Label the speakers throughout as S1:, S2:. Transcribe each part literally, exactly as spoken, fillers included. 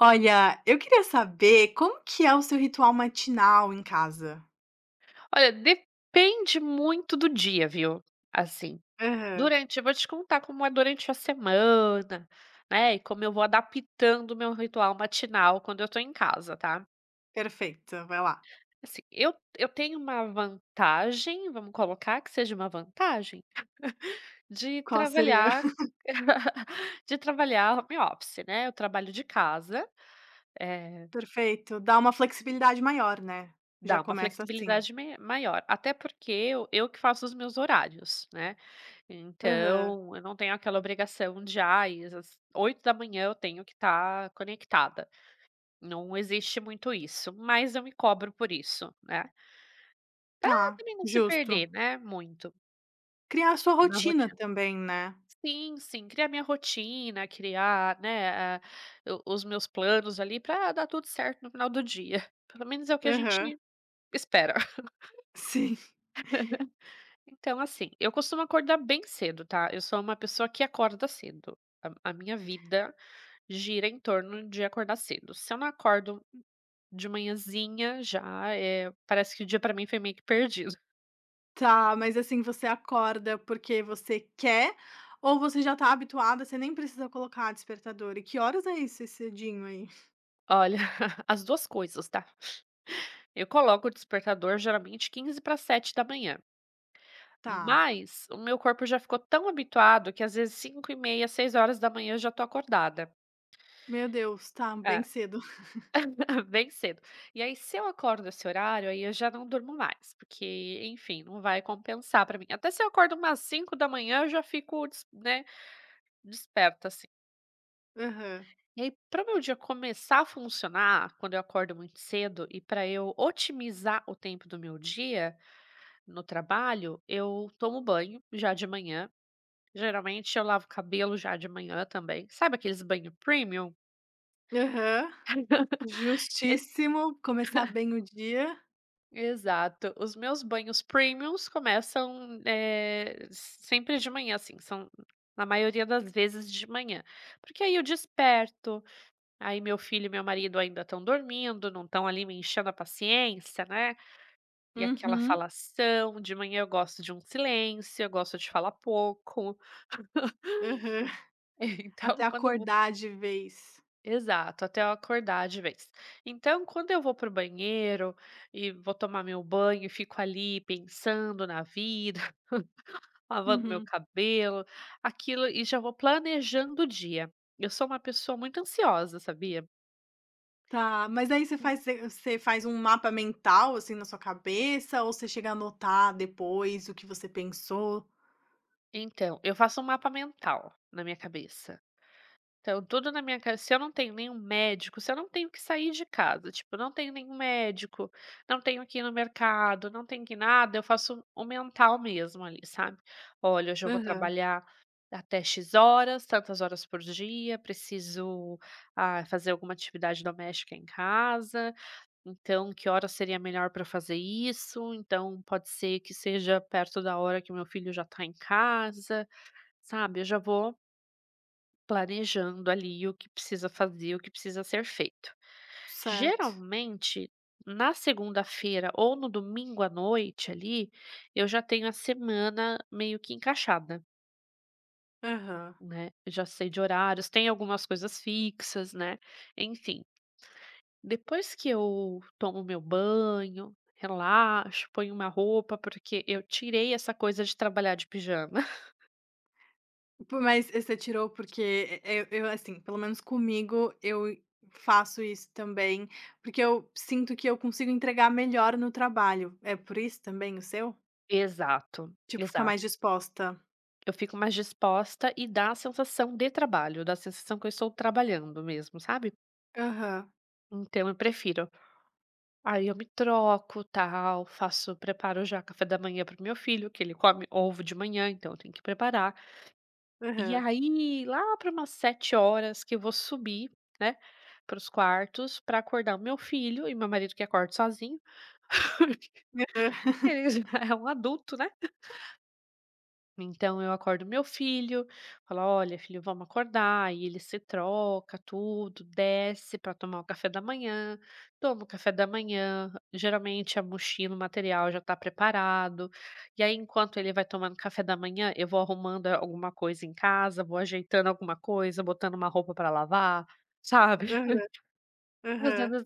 S1: Olha, eu queria saber como que é o seu ritual matinal em casa?
S2: Olha, depende muito do dia, viu. Assim,
S1: Aham,
S2: durante eu vou te contar como é durante a semana, né, e como eu vou adaptando o meu ritual matinal quando eu tô em casa, tá.
S1: perfeito, vai lá.
S2: Assim, eu eu tenho uma vantagem, vamos colocar que seja uma vantagem, de
S1: Qual seria?
S2: trabalhar de trabalhar home office, né, eu trabalho de casa, eh
S1: Perfeito, dá uma flexibilidade maior, né, já
S2: Dá uma
S1: começa assim.
S2: flexibilidade me maior, até porque eu eu que faço os meus horários, né.
S1: Aham,
S2: Então, eu não tenho aquela obrigação de: "Ai, às oito da manhã eu tenho que estar conectada". Não existe muito isso, mas eu me cobro por isso, né. Pra
S1: tá,
S2: também não se
S1: justo.
S2: perder, né, muito
S1: Criar a sua
S2: na
S1: rotina
S2: rotina.
S1: também, né.
S2: Sim, sim, criar minha rotina, criar, né, eh, o os meus planos ali para dar tudo certo no final do dia. Pelo menos é o que a
S1: Aham,
S2: gente espera.
S1: sim.
S2: Então, assim, eu costumo acordar bem cedo, tá? Eu sou uma pessoa que acorda cedo. A, a minha vida gira em torno de acordar cedo. Se eu não acordo de manhãzinha, já é, parece que o dia pra mim foi meio que perdido.
S1: Tá, mas assim, você acorda porque você quer ou você já tá habituada, você nem precisa colocar despertador? E que horas é isso, esse cedinho aí?
S2: Olha, as duas coisas, tá? Eu coloco o despertador geralmente quinze para sete da manhã.
S1: Tá,
S2: Mas o meu corpo já ficou tão habituado que às vezes cinco e meia, seis horas da manhã eu já tô acordada.
S1: meu Deus, tá, bem
S2: É,
S1: cedo.
S2: bem cedo. E aí, se eu acordo esse horário, aí eu já não durmo mais, porque, enfim, não vai compensar pra mim. Até se eu acordo umas cinco da manhã, eu já fico, des né, desperta, assim.
S1: Aham.
S2: E aí, para o meu dia começar a funcionar, quando eu acordo muito cedo, e para eu otimizar o tempo do meu dia no trabalho, eu tomo banho já de manhã. Geralmente eu lavo o cabelo já de manhã também. Sabe aqueles banho premium?
S1: Aham, justíssimo, começar bem o dia.
S2: Exato. Os meus banhos premiums começam, eh, sempre de manhã, assim, são na maioria das vezes de manhã, porque aí eu desperto, aí meu filho e meu marido ainda estão dormindo, não estão ali me enchendo a paciência, né, e aquela
S1: Uhum,
S2: falação. De manhã eu gosto de um silêncio, eu gosto de falar pouco.
S1: aham, até
S2: Então quando eu
S1: acordar de vez.
S2: Exato, até eu acordar de vez. Então, quando eu vou pro banheiro e vou tomar meu banho e fico ali pensando na vida, lavando meu
S1: Uhum.
S2: cabelo, aquilo, e já vou planejando o dia. Eu sou uma pessoa muito ansiosa, sabia?
S1: Tá, mas aí você faz você faz um mapa mental, assim, na sua cabeça ou você chega a anotar depois o que você pensou?
S2: Então, eu faço um mapa mental na minha cabeça. Então, tudo na minha casa se eu não tenho nenhum médico, se eu não tenho que sair de casa, tipo, não tenho nenhum médico, não tenho que ir no mercado, não tenho que ir nada, eu faço o mental mesmo ali, sabe. Olha, hoje eu vou
S1: Aham,
S2: trabalhar até "X" horas, tantas horas por dia, preciso, ah, fazer alguma atividade doméstica em casa, então que hora seria melhor para fazer isso? Então pode ser que seja perto da hora que meu filho já está em casa, sabe. Eu já vou Planejando ali o que precisa fazer, o que precisa ser feito.
S1: certo.
S2: Geralmente, na segunda-feira ou no domingo à noite ali, eu já tenho a semana meio que encaixada,
S1: Aham.
S2: né. Eu já sei de horários, tem algumas coisas fixas, né. Enfim, depois que eu tomo meu banho, relaxo, ponho uma roupa, porque eu tirei essa coisa de trabalhar de pijama.
S1: Po, mas você tirou porque e eu assim, pelo menos comigo, eu faço isso também, porque eu sinto que eu consigo entregar melhor no trabalho. É por isso também o seu?
S2: Exato,
S1: Tipo, ficar mais
S2: exato.
S1: disposta.
S2: Eu fico mais disposta e dá a sensação de trabalho, dá a sensação que eu estou trabalhando mesmo, sabe.
S1: Aham,
S2: Então eu prefiro. Aí eu me troco, tal, faço preparo já café da manhã para o meu filho, que ele come ovo de manhã, então eu tenho que preparar. E
S1: aham,
S2: aí lá para umas sete horas que eu vou subir, né, para os quartos para acordar o meu filho e meu marido que acorda sozinho.
S1: aham,
S2: Ele já é um adulto, né. Então eu acordo meu filho, falo: "Olha, filho, vamos acordar". e ele se troca, tudo, desce para tomar o café da manhã, toma o café da manhã. Geralmente a mochila, o material já está preparado. E aí, enquanto ele vai tomando café da manhã, eu vou arrumando eh, alguma coisa em casa, vou ajeitando alguma coisa, botando uma roupa para lavar, sabe?
S1: aham, aham.
S2: Fazendo as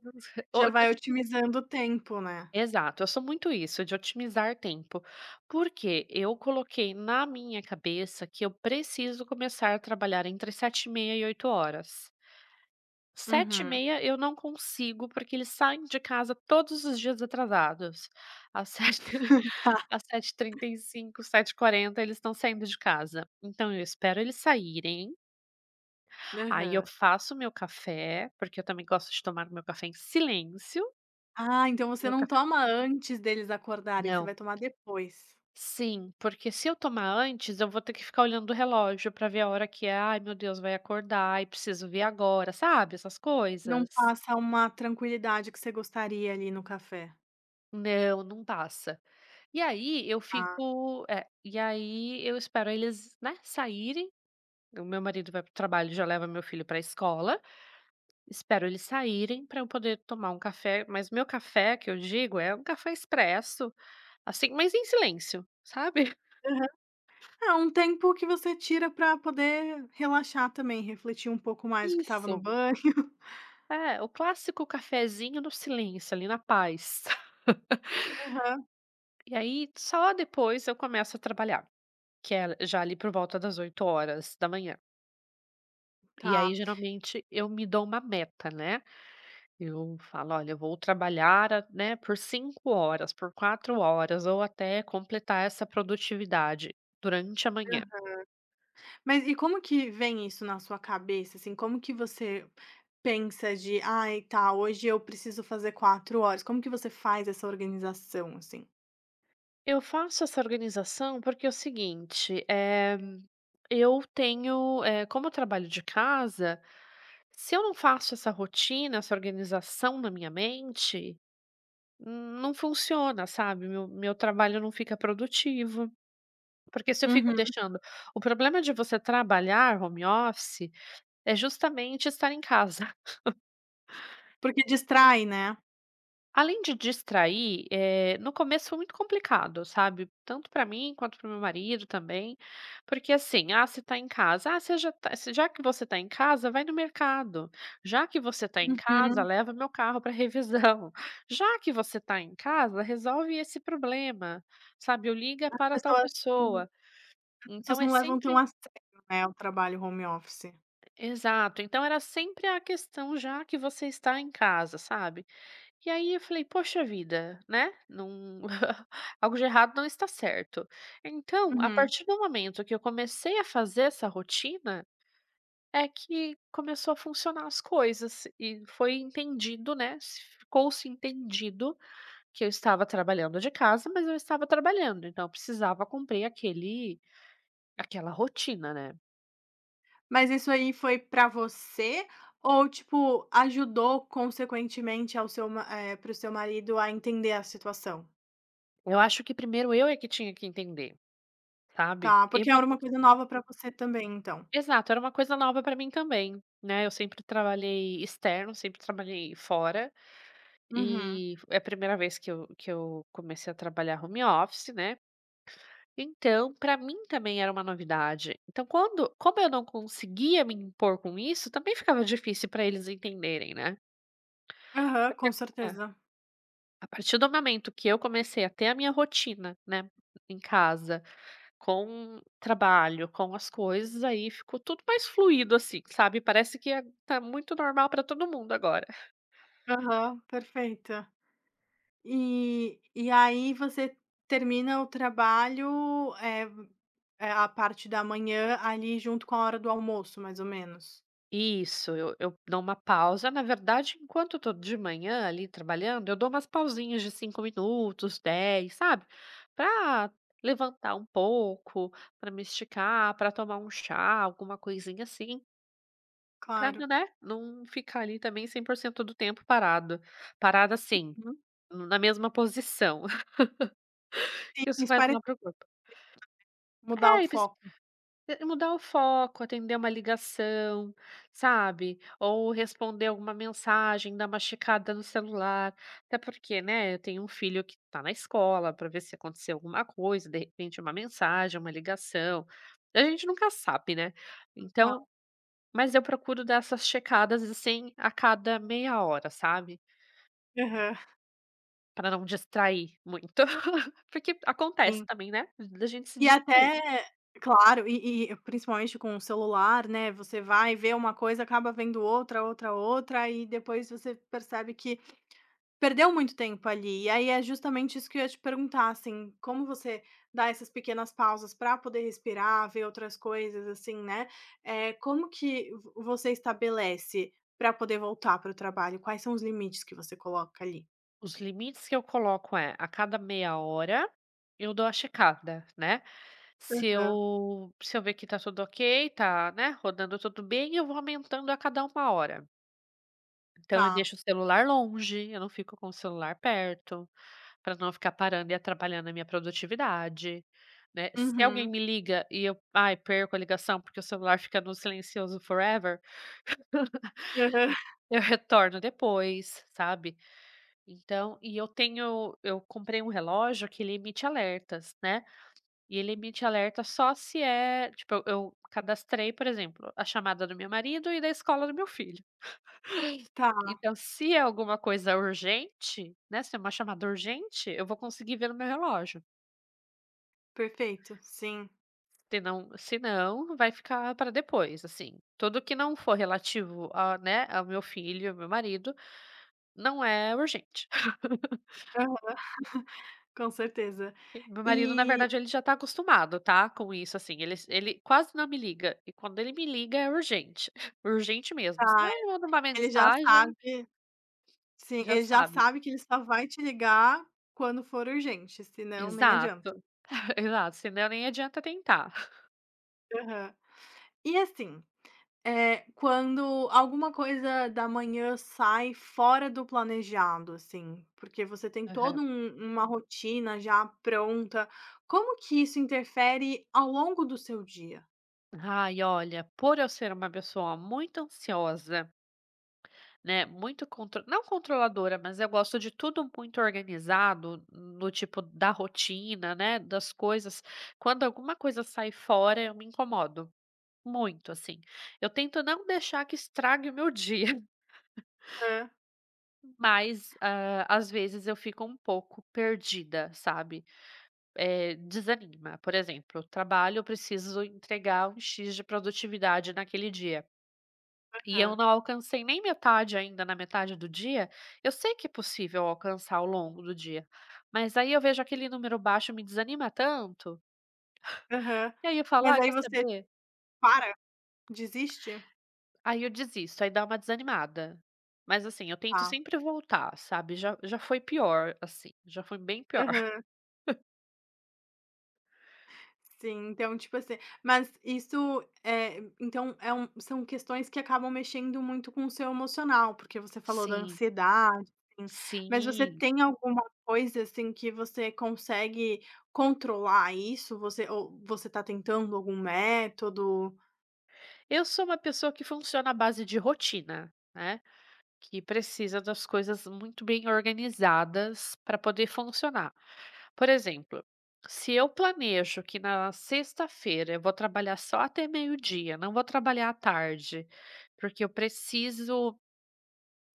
S1: Já vai
S2: as
S1: otimizando o tempo, né.
S2: Exato, eu sou muito isso, de otimizar tempo, porque eu coloquei na minha cabeça que eu preciso começar a trabalhar entre sete e meia e oito horas. Sete e
S1: Uhum.
S2: meia eu não consigo, porque eles saem de casa todos os dias atrasados. Às sete,
S1: Tá.
S2: às sete e trinta e cinco, sete e quarenta eles estão saindo de casa. Então eu espero eles saírem, aí eu
S1: Aham.
S2: faço meu café, porque eu também gosto de tomar meu café em silêncio,
S1: Ah, então você
S2: meu
S1: não
S2: café
S1: toma antes deles acordarem, você vai
S2: não
S1: tomar depois.
S2: Sim, porque se eu tomar antes, eu vou ter que ficar olhando o relógio para ver a hora que é. "Ai, meu Deus, vai acordar e preciso ver agora", sabe, essas
S1: Não
S2: coisas.
S1: passa uma tranquilidade que você gostaria ali no café.
S2: Não, não passa. E aí eu
S1: Ah,
S2: fico é, e aí eu espero eles, né, saírem. O meu marido vai para o trabalho e já leva meu filho para a escola. Espero eles saírem para eu poder tomar um café, mas meu café que eu digo é um café expresso, assim, mas em silêncio, sabe?
S1: aham. É um tempo que você tira pra poder relaxar também, refletir um pouco mais o que estava no
S2: Isso.
S1: banho.
S2: É, o clássico cafezinho no silêncio, ali na paz.
S1: Aham,
S2: E aí, só depois eu começo a trabalhar, que é já ali por volta das oito horas da manhã. E aí,
S1: tá.
S2: geralmente, eu me dou uma meta, né. Eu falo: "Olha, eu vou trabalhar a né, por cinco horas, por quatro horas ou até completar essa produtividade durante a manhã".
S1: Mas e como que vem isso na sua cabeça, assim, como que você pensa de: "Ai, tá, hoje eu preciso fazer quatro horas", como que você faz essa organização, assim?
S2: Eu faço essa organização porque é o seguinte, eh, eu tenho, eh, como eu trabalho de casa, se eu não faço essa rotina, essa organização na minha mente, hum, não funciona, sabe? Meu, meu trabalho não fica produtivo. Porque se eu fico
S1: Uhum.
S2: deixando. O problema de você trabalhar home office é justamente estar em casa.
S1: Porque distrai, né.
S2: Além de distrair, eh, no começo foi muito complicado, sabe, tanto para mim quanto para meu marido também, porque assim, ah, você tá em casa, ah, você já tá se já que você tá em casa, vai no mercado, já que você tá em casa,
S1: Uhum.
S2: leva meu carro para revisão, já que você tá em casa, resolve esse problema, sabe, ou liga
S1: As
S2: para tal
S1: pessoas hum,
S2: pessoa.
S1: as pessoas
S2: Então é
S1: não levam tão
S2: sempre
S1: a sério, né, o trabalho home office.
S2: exato, então era sempre a questão já que você está em casa, sabe. E aí eu falei: "Poxa vida, né, não algo de errado não está certo". Então, a
S1: Uhum.
S2: partir do momento que eu comecei a fazer essa rotina, é que começou a funcionar as coisas e foi entendido, né, se ficou-se entendido que eu estava trabalhando de casa, mas eu estava trabalhando, então eu precisava cumprir aquele aquela rotina, né.
S1: Mas isso aí foi pra você ou, tipo, ajudou consequentemente ao seu eh, para o seu marido a entender a situação?
S2: Eu acho que primeiro eu é que tinha que entender, sabe.
S1: Tá,
S2: Eu
S1: porque
S2: é
S1: era uma
S2: que
S1: coisa nova pra você também, então.
S2: Exato, era uma coisa nova pra mim também, né, eu sempre trabalhei externo, sempre trabalhei fora,
S1: Uhum.
S2: e é a primeira vez que eu que eu comecei a trabalhar home office, né, então pra mim também era uma novidade. Então quando como eu não conseguia me impor com isso, também ficava difícil pra eles entenderem, né.
S1: Aham, com
S2: Porque é,
S1: certeza.
S2: a partir do momento que eu comecei a ter a minha rotina, né, em casa Com trabalho, com as coisas, aí ficou tudo mais fluido, assim, sabe, parece que é tá muito normal para todo mundo agora.
S1: Aham, perfeita. E e aí você termina o trabalho, é eh, a parte da manhã ali junto com a hora do almoço, mais ou menos?
S2: Isso, eu eu dou uma pausa, na verdade, enquanto eu tô de manhã ali trabalhando, eu dou umas pausinhas de cinco minutos, dez, sabe, pra levantar um pouco, pra me esticar, pra tomar um chá, alguma coisinha assim, pra
S1: Claro.
S2: não, né, não ficar ali também cem por cento do tempo parado. Parada assim,
S1: Uhum.
S2: na mesma posição,
S1: Sim,
S2: que isso
S1: isso
S2: faz
S1: parece
S2: mal pro corpo.
S1: mudar o
S2: É, e precisa
S1: foco,
S2: mudar o foco, atender uma ligação, sabe, ou responder alguma mensagem, dar uma checada no celular, até porque, né, eu tenho um filho que está na escola para ver se aconteceu alguma coisa, de repente uma mensagem, uma ligação, a gente nunca sabe, né. Então
S1: claro.
S2: mas eu procuro dar essas checadas, assim, a cada meia hora, sabe,
S1: Aham,
S2: para não distrair muito, porque acontece
S1: sim.
S2: também, né, da gente se
S1: E
S2: distrair.
S1: até claro, e e principalmente com o celular, né, você vai ver uma coisa, acaba vendo outra, outra, outra, e depois você percebe que perdeu muito tempo ali, e aí é justamente isso que eu ia te perguntar, assim, como você dá essas pequenas pausas para poder respirar, ver outras coisas, assim, né, eh, como que vo você estabelece para poder voltar para o trabalho? Quais são os limites que você coloca ali?
S2: Os limites que eu coloco é, a cada meia hora eu dou a checada, né. Se
S1: Aham.
S2: eu se eu ver que tá tudo ok, tá, né, rodando tudo bem, eu vou aumentando a cada uma hora. Então eu
S1: Tá.
S2: deixo o celular longe, eu não fico com o celular perto, para não ficar parando e atrapalhando a minha produtividade, né. Se
S1: Uhum.
S2: alguém
S1: Aham.
S2: me liga e eu, ai, perco a ligação porque o celular fica no silencioso forever, eu retorno depois, sabe. Então e eu tenho eu comprei um relógio que ele emite alertas, né, e ele emite alerta só se é tipo, eu eu cadastrei, por exemplo, a chamada do meu marido e da escola do meu filho.
S1: Tá,
S2: Então se é alguma coisa urgente, né, se é uma chamada urgente, eu vou conseguir ver no meu relógio.
S1: perfeito. Sim.
S2: Se não se não, vai ficar para depois, assim. Tudo que não for relativo a, né, ao meu filho, ao meu marido, não é urgente.
S1: Aham. Com certeza.
S2: E meu marido, na
S1: E
S2: verdade, ele já tá acostumado, tá, com isso, assim, ele ele quase não me liga, e quando ele me liga é urgente, urgente mesmo,
S1: tá,
S2: senão ele manda uma
S1: ele já
S2: mensagem,
S1: sabe sim,
S2: já
S1: ele já
S2: sabe.
S1: sabe que ele só vai te ligar quando for urgente, senão nem adianta.
S2: Exato, exato, senão nem adianta tentar.
S1: Aham. E assim, eh, quando alguma coisa da manhã sai fora do planejado, assim, porque você tem
S2: Aham.
S1: toda um uma rotina já pronta, como que isso interfere ao longo do seu dia?
S2: Ai, olha, por eu ser uma pessoa muito ansiosa, né, muito contro não controladora, mas eu gosto de tudo muito organizado, no tipo da rotina, né, das coisas, quando alguma coisa sai fora eu me incomodo. Muito, assim. Eu tento não deixar que estrague o meu dia,
S1: Hã,
S2: mas, hã, às vezes eu fico um pouco perdida, sabe. Eh, desanima. Por exemplo, trabalho, eu preciso entregar um "x" de produtividade naquele dia, e eu
S1: aham,
S2: não alcancei nem metade ainda na metade do dia, eu sei que é possível alcançar ao longo do dia, mas aí eu vejo aquele número baixo, me desanima tanto,
S1: aham.
S2: e aí eu falo:
S1: Mas
S2: "Ai,
S1: aí
S2: quer
S1: você
S2: saber?"
S1: para? Desiste?
S2: Aí eu desisto, aí dá uma desanimada. Mas assim, eu tento
S1: Tá.
S2: sempre voltar, sabe, já já foi pior, assim, já foi bem pior.
S1: Sim, então, tipo assim mas isso, é então é um são questões que acabam mexendo muito com o seu emocional, porque você falou da
S2: Sim,
S1: ansiedade, assim, mas você
S2: sim.
S1: tem alguma coisa, assim, que você consegue controlar isso? Você ou você tá tentando algum método?
S2: Eu sou uma pessoa que funciona à base de rotina, né, que precisa das coisas muito bem organizadas para poder funcionar. Por exemplo, se eu planejo que na sexta-feira eu vou trabalhar só até meio-dia, não vou trabalhar à tarde, porque eu preciso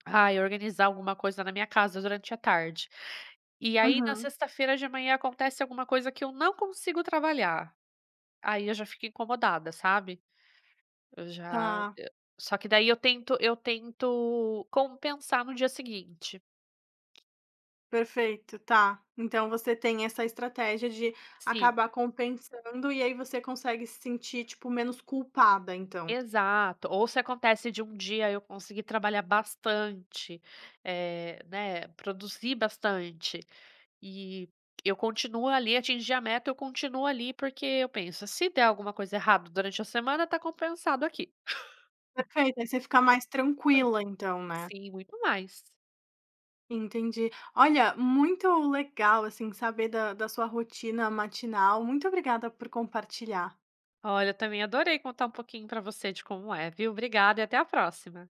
S2: Ai, organizar alguma coisa na minha casa durante a tarde. E aí na
S1: Uhum.
S2: sexta-feira de manhã acontece alguma coisa que eu não consigo trabalhar, aí eu já fico incomodada, sabe. Eu já
S1: Tá,
S2: eu só que daí eu tento eu tento compensar no dia seguinte.
S1: perfeito, tá. Então você tem essa estratégia de
S2: Sim,
S1: acabar compensando e aí você consegue se sentir, tipo, menos culpada, então?
S2: exato. Ou se acontece de um dia eu conseguir trabalhar bastante, eh, né, produzir bastante, E eu continuo ali, atingi a meta, eu continuo ali, porque eu penso: "Se der alguma coisa errada durante a semana, tá compensado aqui".
S1: Perfeito, aí você fica mais tranquila então, né.
S2: Sim, muito mais.
S1: Entendi. Olha, muito legal, assim, saber da da sua rotina matinal. Muito obrigada por compartilhar.
S2: Olha, eu também adorei contar um pouquinho pra você de como é, viu. Obrigada e até a próxima.